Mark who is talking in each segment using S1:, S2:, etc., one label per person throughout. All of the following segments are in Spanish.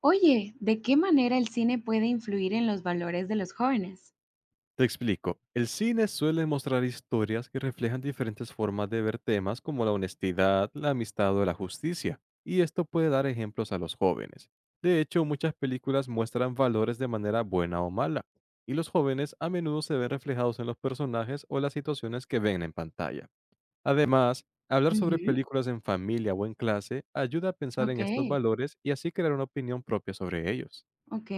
S1: Oye, ¿de qué manera el cine puede influir en los valores de los jóvenes?
S2: Te explico. El cine suele mostrar historias que reflejan diferentes formas de ver temas como la honestidad, la amistad o la justicia, y esto puede dar ejemplos a los jóvenes. De hecho, muchas películas muestran valores de manera buena o mala, y los jóvenes a menudo se ven reflejados en los personajes o las situaciones que ven en pantalla. Además, hablar sobre
S1: Ujú.
S2: películas en familia o en clase ayuda a pensar
S1: Ok,
S2: en estos valores y así crear una opinión propia sobre ellos.
S1: ok.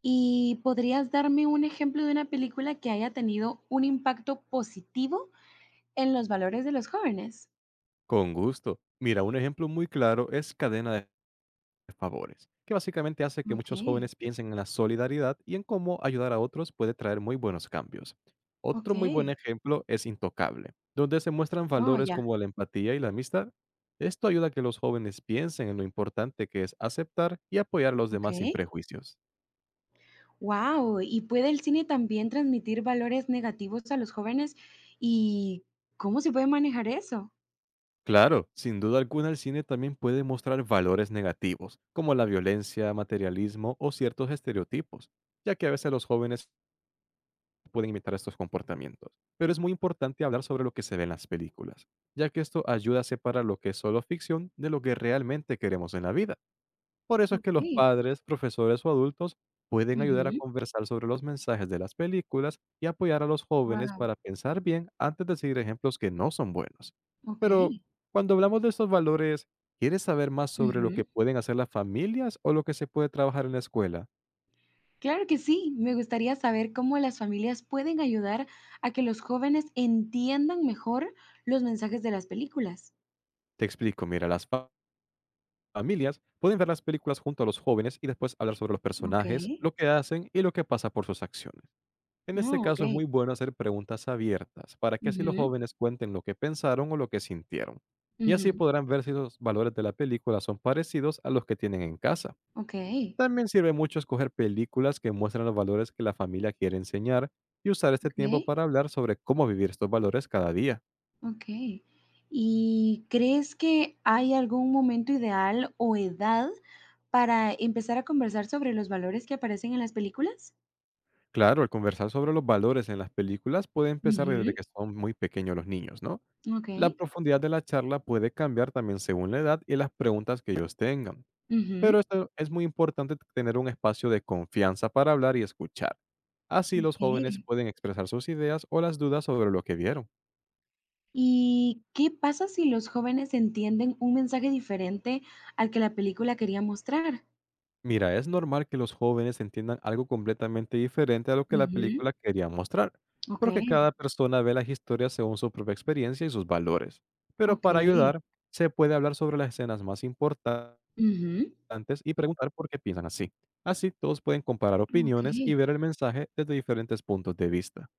S1: ¿Y podrías darme un ejemplo de una película que haya tenido un impacto positivo en los valores de los jóvenes?
S2: Con gusto. Mira, un ejemplo muy claro es Cadena de Favores, que básicamente hace que
S1: Ok.
S2: muchos jóvenes piensen en la solidaridad y en cómo ayudar a otros puede traer muy buenos cambios.
S1: Ok.
S2: Otro muy buen ejemplo es Intocable, donde se muestran
S1: Oh,
S2: valores
S1: ya.
S2: como la empatía y la amistad. Esto ayuda a que los jóvenes piensen en lo importante que es aceptar y apoyar a los
S1: Ok.
S2: demás sin prejuicios.
S1: Wow. ¿Y puede el cine también transmitir valores negativos a los jóvenes? ¿Y cómo se puede manejar eso?
S2: Claro, sin duda alguna el cine también puede mostrar valores negativos, como la violencia, materialismo o ciertos estereotipos, ya que a veces los jóvenes pueden imitar estos comportamientos. Pero es muy importante hablar sobre lo que se ve en las películas, ya que esto ayuda a separar lo que es solo ficción de lo que realmente queremos en la vida. Por eso es
S1: Ok.
S2: que los padres, profesores o adultos pueden ayudar a conversar sobre los mensajes de las películas y apoyar a los jóvenes
S1: Wow.
S2: para pensar bien antes de seguir ejemplos que no son buenos.
S1: Ok.
S2: Pero cuando hablamos de estos valores, ¿quieres saber más sobre lo que pueden hacer las familias o lo que se puede trabajar en la escuela?
S1: Claro que sí, me gustaría saber cómo las familias pueden ayudar a que los jóvenes entiendan mejor los mensajes de las películas.
S2: Te explico, mira, familias pueden ver las películas junto a los jóvenes y después hablar sobre los
S1: Ok.
S2: personajes, lo que hacen y lo que pasa por sus acciones. En este
S1: Oh, ok.
S2: caso es muy bueno hacer preguntas abiertas para que así los
S1: Ujú,
S2: jóvenes cuenten lo que pensaron o lo que sintieron. Y así
S1: ujú.
S2: podrán ver si los valores de la película son parecidos a los que tienen en casa.
S1: Ok,
S2: También sirve mucho escoger películas que muestran los valores que la familia quiere enseñar y usar este
S1: ok,
S2: tiempo para hablar sobre cómo vivir estos valores cada día.
S1: ok. ¿Y crees que hay algún momento ideal o edad para empezar a conversar sobre los valores que aparecen en las películas?
S2: Claro, al conversar sobre los valores en las películas puede empezar desde
S1: Ujú.
S2: que son muy pequeños los niños, ¿no?
S1: Ok.
S2: La profundidad de la charla puede cambiar también según la edad y las preguntas que ellos tengan,
S1: Ujú.
S2: pero esto es muy importante tener un espacio de confianza para hablar y escuchar. Así los jóvenes
S1: Ok.
S2: pueden expresar sus ideas o las dudas sobre lo que vieron.
S1: ¿Y qué pasa si los jóvenes entienden un mensaje diferente al que la película quería mostrar?
S2: Mira, es normal que los jóvenes entiendan algo completamente diferente a lo que la película
S1: Ujú,
S2: quería mostrar,
S1: ok,
S2: porque cada persona ve las historias según su propia experiencia y sus valores. Pero
S1: ok,
S2: para ayudar, se puede hablar sobre las escenas más importantes
S1: ujú,
S2: y preguntar por qué piensan así. Así todos pueden comparar
S1: ok.
S2: opiniones y ver el mensaje desde diferentes puntos de vista.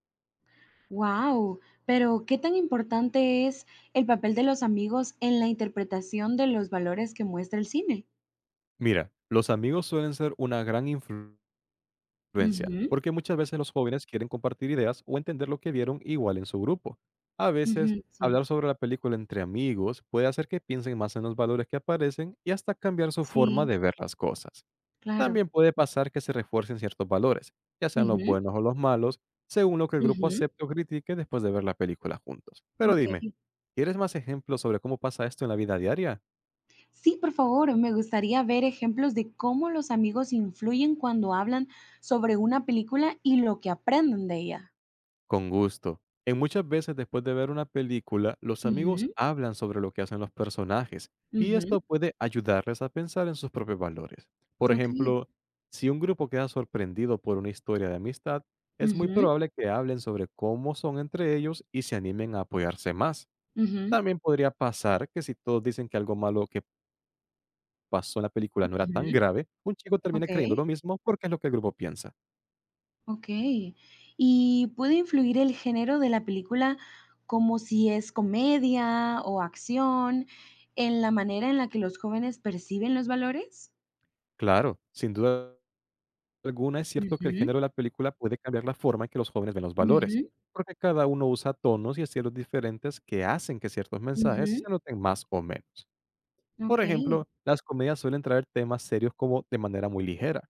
S1: Wow, pero ¿qué tan importante es el papel de los amigos en la interpretación de los valores que muestra el cine?
S2: Mira, los amigos suelen ser una gran influencia,
S1: Ujú,
S2: porque muchas veces los jóvenes quieren compartir ideas o entender lo que vieron igual en su grupo. A veces,
S1: ujú, sí,
S2: hablar sobre la película entre amigos puede hacer que piensen más en los valores que aparecen y hasta cambiar su forma
S1: sí,
S2: de ver las cosas.
S1: claro.
S2: También puede pasar que se refuercen ciertos valores, ya sean los
S1: Ujú,
S2: buenos o los malos, según lo que el grupo
S1: ujú,
S2: acepte o critique después de ver la película juntos. Pero
S1: ok.
S2: dime, ¿quieres más ejemplos sobre cómo pasa esto en la vida diaria?
S1: Sí, por favor, me gustaría ver ejemplos de cómo los amigos influyen cuando hablan sobre una película y lo que aprenden de ella.
S2: Con gusto. En muchas veces después de ver una película, los amigos
S1: Ujú,
S2: hablan sobre lo que hacen los personajes y
S1: ujú,
S2: esto puede ayudarles a pensar en sus propios valores. Por
S1: ok.
S2: ejemplo, si un grupo queda sorprendido por una historia de amistad, es muy
S1: Ujú,
S2: probable que hablen sobre cómo son entre ellos y se animen a apoyarse más.
S1: ujú,
S2: También podría pasar que si todos dicen que algo malo que pasó en la película no era tan
S1: ujú,
S2: grave, un chico termina
S1: ok,
S2: creyendo lo mismo porque es lo que el grupo piensa.
S1: ok. ¿Y puede influir el género de la película como si es comedia o acción en la manera en la que los jóvenes perciben los valores?
S2: Claro, sin duda alguna, es cierto que el
S1: Ujú,
S2: género de la película puede cambiar la forma en que los jóvenes ven los valores,
S1: ujú,
S2: porque cada uno usa tonos y estilos diferentes que hacen que ciertos mensajes se
S1: ujú,
S2: noten más o menos. Por
S1: ok.
S2: ejemplo, las comedias suelen traer temas serios como de manera muy ligera.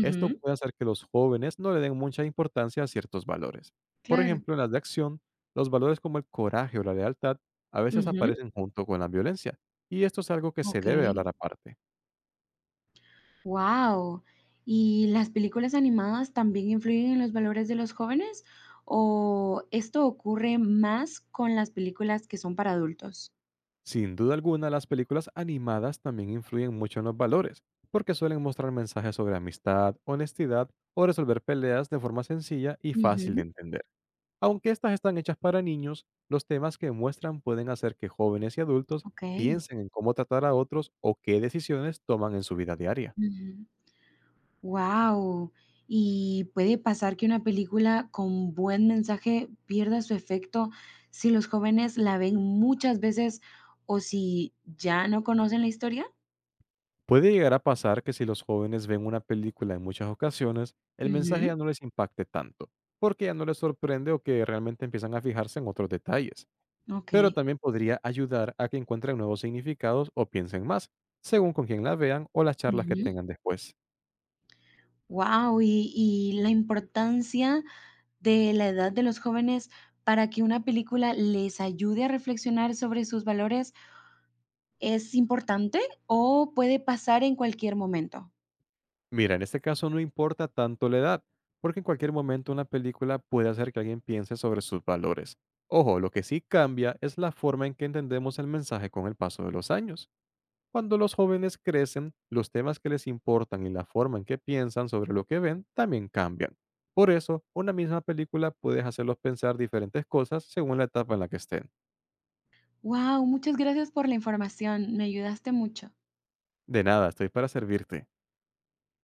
S2: Esto puede hacer que los jóvenes no le den mucha importancia a ciertos valores. Por
S1: claro.
S2: ejemplo, en las de acción, los valores como el coraje o la lealtad a veces
S1: Ujú.
S2: aparecen junto con la violencia, y esto es algo que se debe
S1: Okey.
S2: hablar aparte.
S1: Wow. ¿Y las películas animadas también influyen en los valores de los jóvenes, o esto ocurre más con las películas que son para adultos?
S2: Sin duda alguna, las películas animadas también influyen mucho en los valores, porque suelen mostrar mensajes sobre amistad, honestidad o resolver peleas de forma sencilla y fácil de
S1: Ujú.
S2: entender. Aunque estas están hechas para niños, los temas que muestran pueden hacer que jóvenes y adultos
S1: Okey.
S2: piensen en cómo tratar a otros o qué decisiones toman en su vida diaria.
S1: Ujú. ¿Y puede pasar que una película con buen mensaje pierda su efecto si los jóvenes la ven muchas veces o si ya no conocen la historia?
S2: Puede llegar a pasar que si los jóvenes ven una película en muchas ocasiones, el mensaje ya
S1: Ujú.
S2: no les impacte tanto, porque ya no les sorprende o que realmente empiezan a fijarse en otros detalles. Pero
S1: Okey.
S2: también podría ayudar a que encuentren nuevos significados o piensen más, según con quién la vean o las charlas que tengan después.
S1: Wow, y la importancia de la edad de los jóvenes para que una película les ayude a reflexionar sobre sus valores, ¿es importante o puede pasar en cualquier momento?
S2: Mira, en este caso no importa tanto la edad, porque en cualquier momento una película puede hacer que alguien piense sobre sus valores. Ojo, lo que sí cambia es la forma en que entendemos el mensaje con el paso de los años. Cuando los jóvenes crecen, los temas que les importan y la forma en que piensan sobre lo que ven también cambian. Por eso, una misma película puede hacerlos pensar diferentes cosas según la etapa en la que estén.
S1: Wow, muchas gracias por la información, me ayudaste mucho.
S2: De nada, estoy para servirte.